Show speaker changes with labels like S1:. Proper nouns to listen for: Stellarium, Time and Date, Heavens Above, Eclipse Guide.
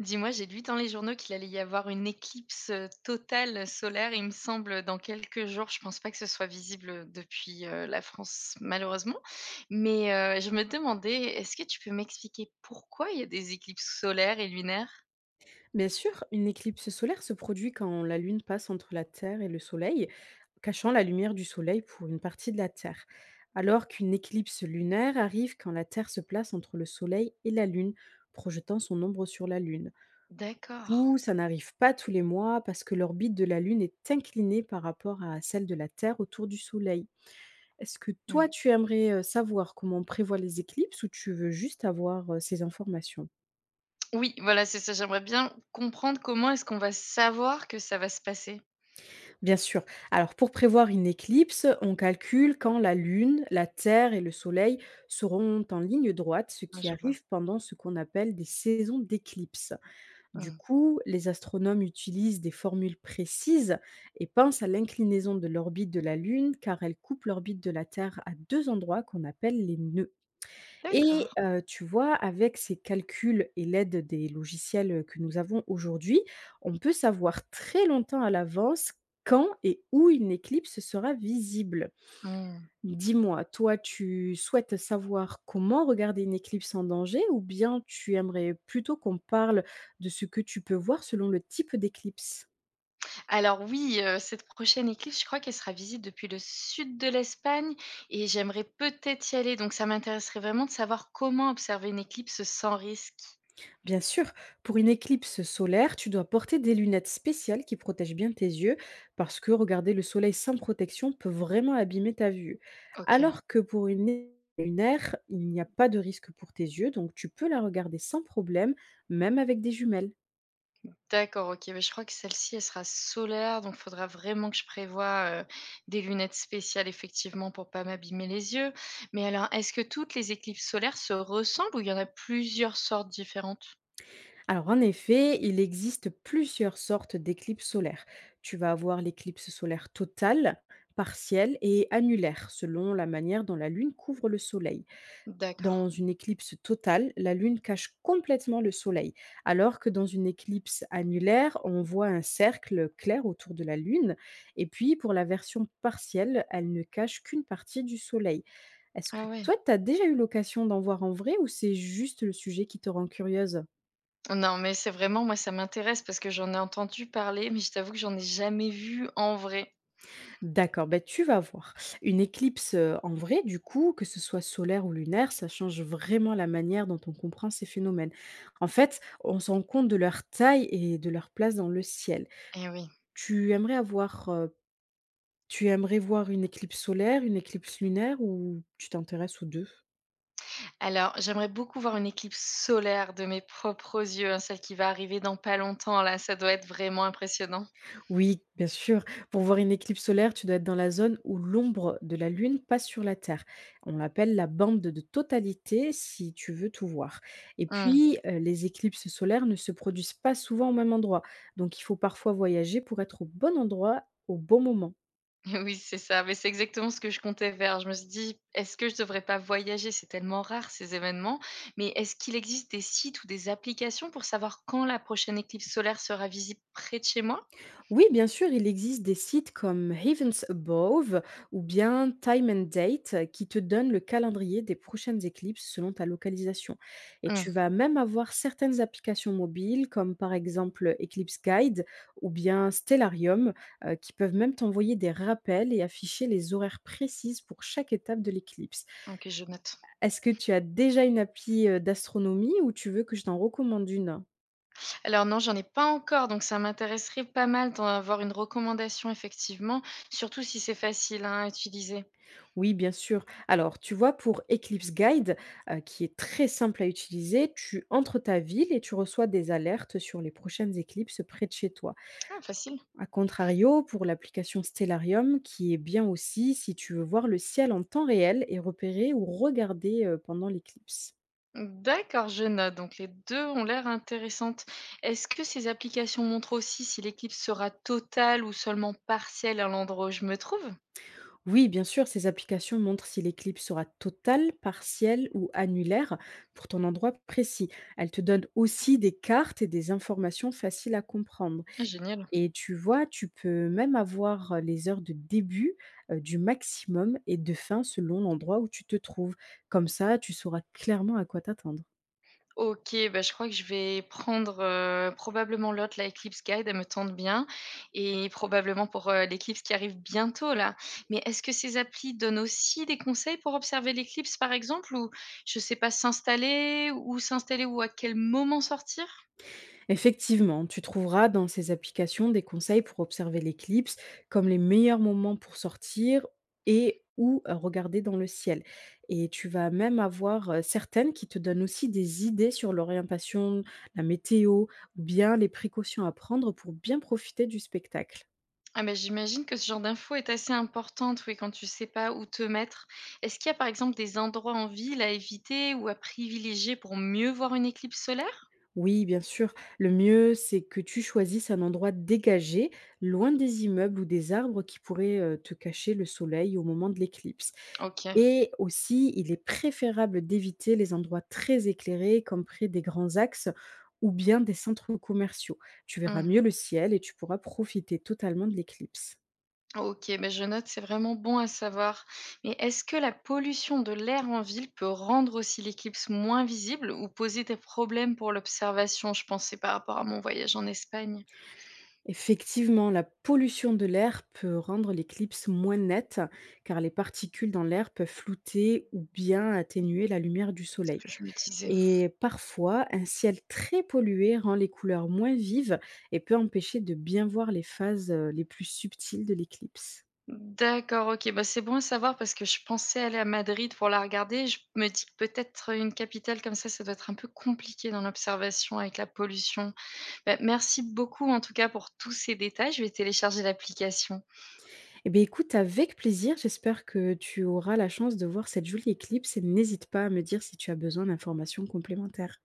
S1: Dis-moi, j'ai lu dans les journaux qu'il allait y avoir une éclipse totale solaire, il me semble, dans quelques jours. Je pense pas que ce soit visible depuis la France, malheureusement. Mais je me demandais, est-ce que tu peux m'expliquer pourquoi il y a des éclipses solaires et lunaires?
S2: Bien sûr, une éclipse solaire se produit quand la Lune passe entre la Terre et le Soleil, cachant la lumière du Soleil pour une partie de la Terre, alors qu'une éclipse lunaire arrive quand la Terre se place entre le Soleil et la Lune, projetant son ombre sur la Lune.
S1: D'accord.
S2: Ou ça n'arrive pas tous les mois parce que l'orbite de la Lune est inclinée par rapport à celle de la Terre autour du Soleil. Est-ce que
S1: Hmm.
S2: toi, tu aimerais savoir comment on prévoit les éclipses ou tu veux juste avoir ces informations?
S1: Oui, voilà, c'est ça. J'aimerais bien comprendre comment est-ce qu'on va savoir que ça va se passer.
S2: Bien sûr. Alors pour prévoir une éclipse, on calcule quand la Lune, la Terre et le Soleil seront en ligne droite, ce
S1: Ah,
S2: qui
S1: je vois.
S2: arrive pendant ce qu'on appelle des saisons d'éclipse. Du
S1: Hmm.
S2: coup, les astronomes utilisent des formules précises et pensent à l'inclinaison de l'orbite de la Lune car elle coupe l'orbite de la Terre à deux endroits qu'on appelle les nœuds.
S1: D'accord.
S2: Tu vois, avec ces calculs et l'aide des logiciels, que nous avons aujourd'hui, on peut savoir très longtemps à l'avance quand et où une éclipse sera visible. Dis-moi, toi, tu souhaites savoir comment regarder une éclipse en danger ou bien tu aimerais plutôt qu'on parle de ce que tu peux voir selon le type d'éclipse?
S1: Alors oui, cette prochaine éclipse, je crois qu'elle sera visible depuis le sud de l'Espagne et j'aimerais peut-être y aller, donc ça m'intéresserait vraiment de savoir comment observer une éclipse sans risque.
S2: Bien sûr, pour une éclipse solaire, tu dois porter des lunettes spéciales qui protègent bien tes yeux, parce que regarder le soleil sans protection peut vraiment abîmer ta vue.
S1: OK.
S2: Alors que pour une lunaire, il n'y a pas de risque pour tes yeux, donc tu peux la regarder sans problème, même avec des jumelles.
S1: D'accord, OK, mais je crois que celle-ci, elle sera solaire, donc il faudra vraiment que je prévoie, des lunettes spéciales effectivement pour pas m'abîmer les yeux. Mais alors, est-ce que toutes les éclipses solaires se ressemblent ou il y en a plusieurs sortes différentes?
S2: Alors en effet, il existe plusieurs sortes d'éclipses solaires. Tu vas avoir l'éclipse solaire totale, partielle et annulaire, selon la manière dont la Lune couvre le soleil.
S1: D'accord.
S2: Dans une éclipse totale, la Lune cache complètement le Soleil, alors que dans une éclipse annulaire, on voit un cercle clair autour de la Lune. Et puis, pour la version partielle, elle ne cache qu'une partie du Soleil. Est-ce que
S1: Ah ouais.
S2: toi, tu as déjà eu l'occasion d'en voir en vrai ou c'est juste le sujet qui te rend curieuse?
S1: Non, mais c'est vraiment moi, ça m'intéresse parce que j'en ai entendu parler, mais je t'avoue que j'en ai jamais vu en vrai.
S2: D'accord, ben, tu vas voir. Une éclipse, en vrai, du coup, que ce soit solaire ou lunaire, ça change vraiment la manière dont on comprend ces phénomènes. En fait, on se rend compte de leur taille et de leur place dans le ciel.
S1: Eh oui.
S2: Tu aimerais voir une éclipse solaire, une éclipse lunaire ou tu t'intéresses aux deux?
S1: Alors, j'aimerais beaucoup voir une éclipse solaire de mes propres yeux, hein, celle qui va arriver dans pas longtemps, là, ça doit être vraiment impressionnant.
S2: Oui, bien sûr. Pour voir une éclipse solaire, tu dois être dans la zone où l'ombre de la Lune passe sur la Terre. On l'appelle la bande de totalité si tu veux tout voir. Et
S1: Mmh.
S2: puis, les éclipses solaires ne se produisent pas souvent au même endroit. Donc, il faut parfois voyager pour être au bon endroit au bon moment.
S1: Oui, c'est ça, mais c'est exactement ce que je comptais faire. Je me suis dit, est-ce que je devrais pas voyager? C'est tellement rare ces événements, mais est-ce qu'il existe des sites ou des applications pour savoir quand la prochaine éclipse solaire sera visible près de chez moi?
S2: Oui, bien sûr, il existe des sites comme Heavens Above ou bien Time and Date qui te donnent le calendrier des prochaines éclipses selon ta localisation. Et tu
S1: Mmh.
S2: vas même avoir certaines applications mobiles comme par exemple Eclipse Guide ou bien Stellarium qui peuvent même t'envoyer des rappels et afficher les horaires précises pour chaque étape de l'éclipse.
S1: Ok, je note.
S2: Est-ce que tu as déjà une appli d'astronomie ou tu veux que je t'en recommande une?
S1: Alors non, j'en ai pas encore, donc ça m'intéresserait pas mal d'en avoir une recommandation effectivement, surtout si c'est facile hein, à utiliser.
S2: Oui, bien sûr. Alors, tu vois, pour Eclipse Guide, qui est très simple à utiliser, tu entres ta ville et tu reçois des alertes sur les prochaines éclipses près de chez toi.
S1: Ah, facile.
S2: A contrario, pour l'application Stellarium, qui est bien aussi si tu veux voir le ciel en temps réel et repérer ou regarder pendant l'éclipse.
S1: D'accord, je note. Donc les deux ont l'air intéressantes. Est-ce que ces applications montrent aussi si l'équipe sera totale ou seulement partielle à l'endroit où je me trouve?
S2: Oui, bien sûr, ces applications montrent si l'éclipse sera totale, partielle ou annulaire pour ton endroit précis. Elles te donnent aussi des cartes et des informations faciles à comprendre.
S1: Ah, génial.
S2: Et tu vois, tu peux même avoir, les heures de début, du maximum et de fin selon l'endroit où tu te trouves. Comme ça, tu sauras clairement à quoi t'attendre.
S1: OK, bah, je crois que je vais prendre, probablement l'autre, là, Eclipse Guide, elle me tente bien et probablement pour, l'éclipse qui arrive bientôt, là. Mais est-ce que ces applis donnent aussi des conseils pour observer l'éclipse, par exemple? Ou je sais pas, s'installer? Où s'installer? Ou à quel moment sortir?
S2: Effectivement, tu trouveras dans ces applications des conseils pour observer l'éclipse, comme les meilleurs moments pour sortir et ou regarder dans le ciel. Et tu vas même avoir, certaines qui te donnent aussi des idées sur l'orientation, la météo ou bien les précautions à prendre pour bien profiter du spectacle.
S1: Ah, ben j'imagine que ce genre d'info est assez importante, oui, quand tu sais pas où te mettre. Est-ce qu'il y a, par exemple, des endroits en ville à éviter ou à privilégier pour mieux voir une éclipse solaire?
S2: Oui, bien sûr. Le mieux, c'est que tu choisisses un endroit dégagé, loin des immeubles ou des arbres qui pourraient te cacher le soleil au moment de l'éclipse.
S1: OK.
S2: Et aussi, il est préférable d'éviter les endroits très éclairés, comme près des grands axes ou bien des centres commerciaux. Tu verras
S1: Mmh.
S2: mieux le ciel et tu pourras profiter totalement de l'éclipse.
S1: Ok, ben je note, c'est vraiment bon à savoir. Mais est-ce que la pollution de l'air en ville peut rendre aussi l'éclipse moins visible ou poser des problèmes pour l'observation? Je pensais par rapport à mon voyage en Espagne,
S2: Effectivement, la pollution de l'air peut rendre l'éclipse moins nette, car les particules dans l'air peuvent flouter ou bien atténuer la lumière du
S1: ce
S2: soleil.
S1: que je me disais.
S2: Et parfois, un ciel très pollué rend les couleurs moins vives et peut empêcher de bien voir les phases les plus subtiles de l'éclipse.
S1: D'accord, ok, bah c'est bon à savoir parce que je pensais aller à Madrid pour la regarder. Je me dis que peut-être une capitale comme ça doit être un peu compliqué dans l'observation avec la pollution. Ben, merci beaucoup en tout cas pour tous ces détails. Je vais télécharger l'application.
S2: Eh bien écoute, avec plaisir, j'espère que tu auras la chance de voir cette jolie éclipse et n'hésite pas à me dire si tu as besoin d'informations complémentaires.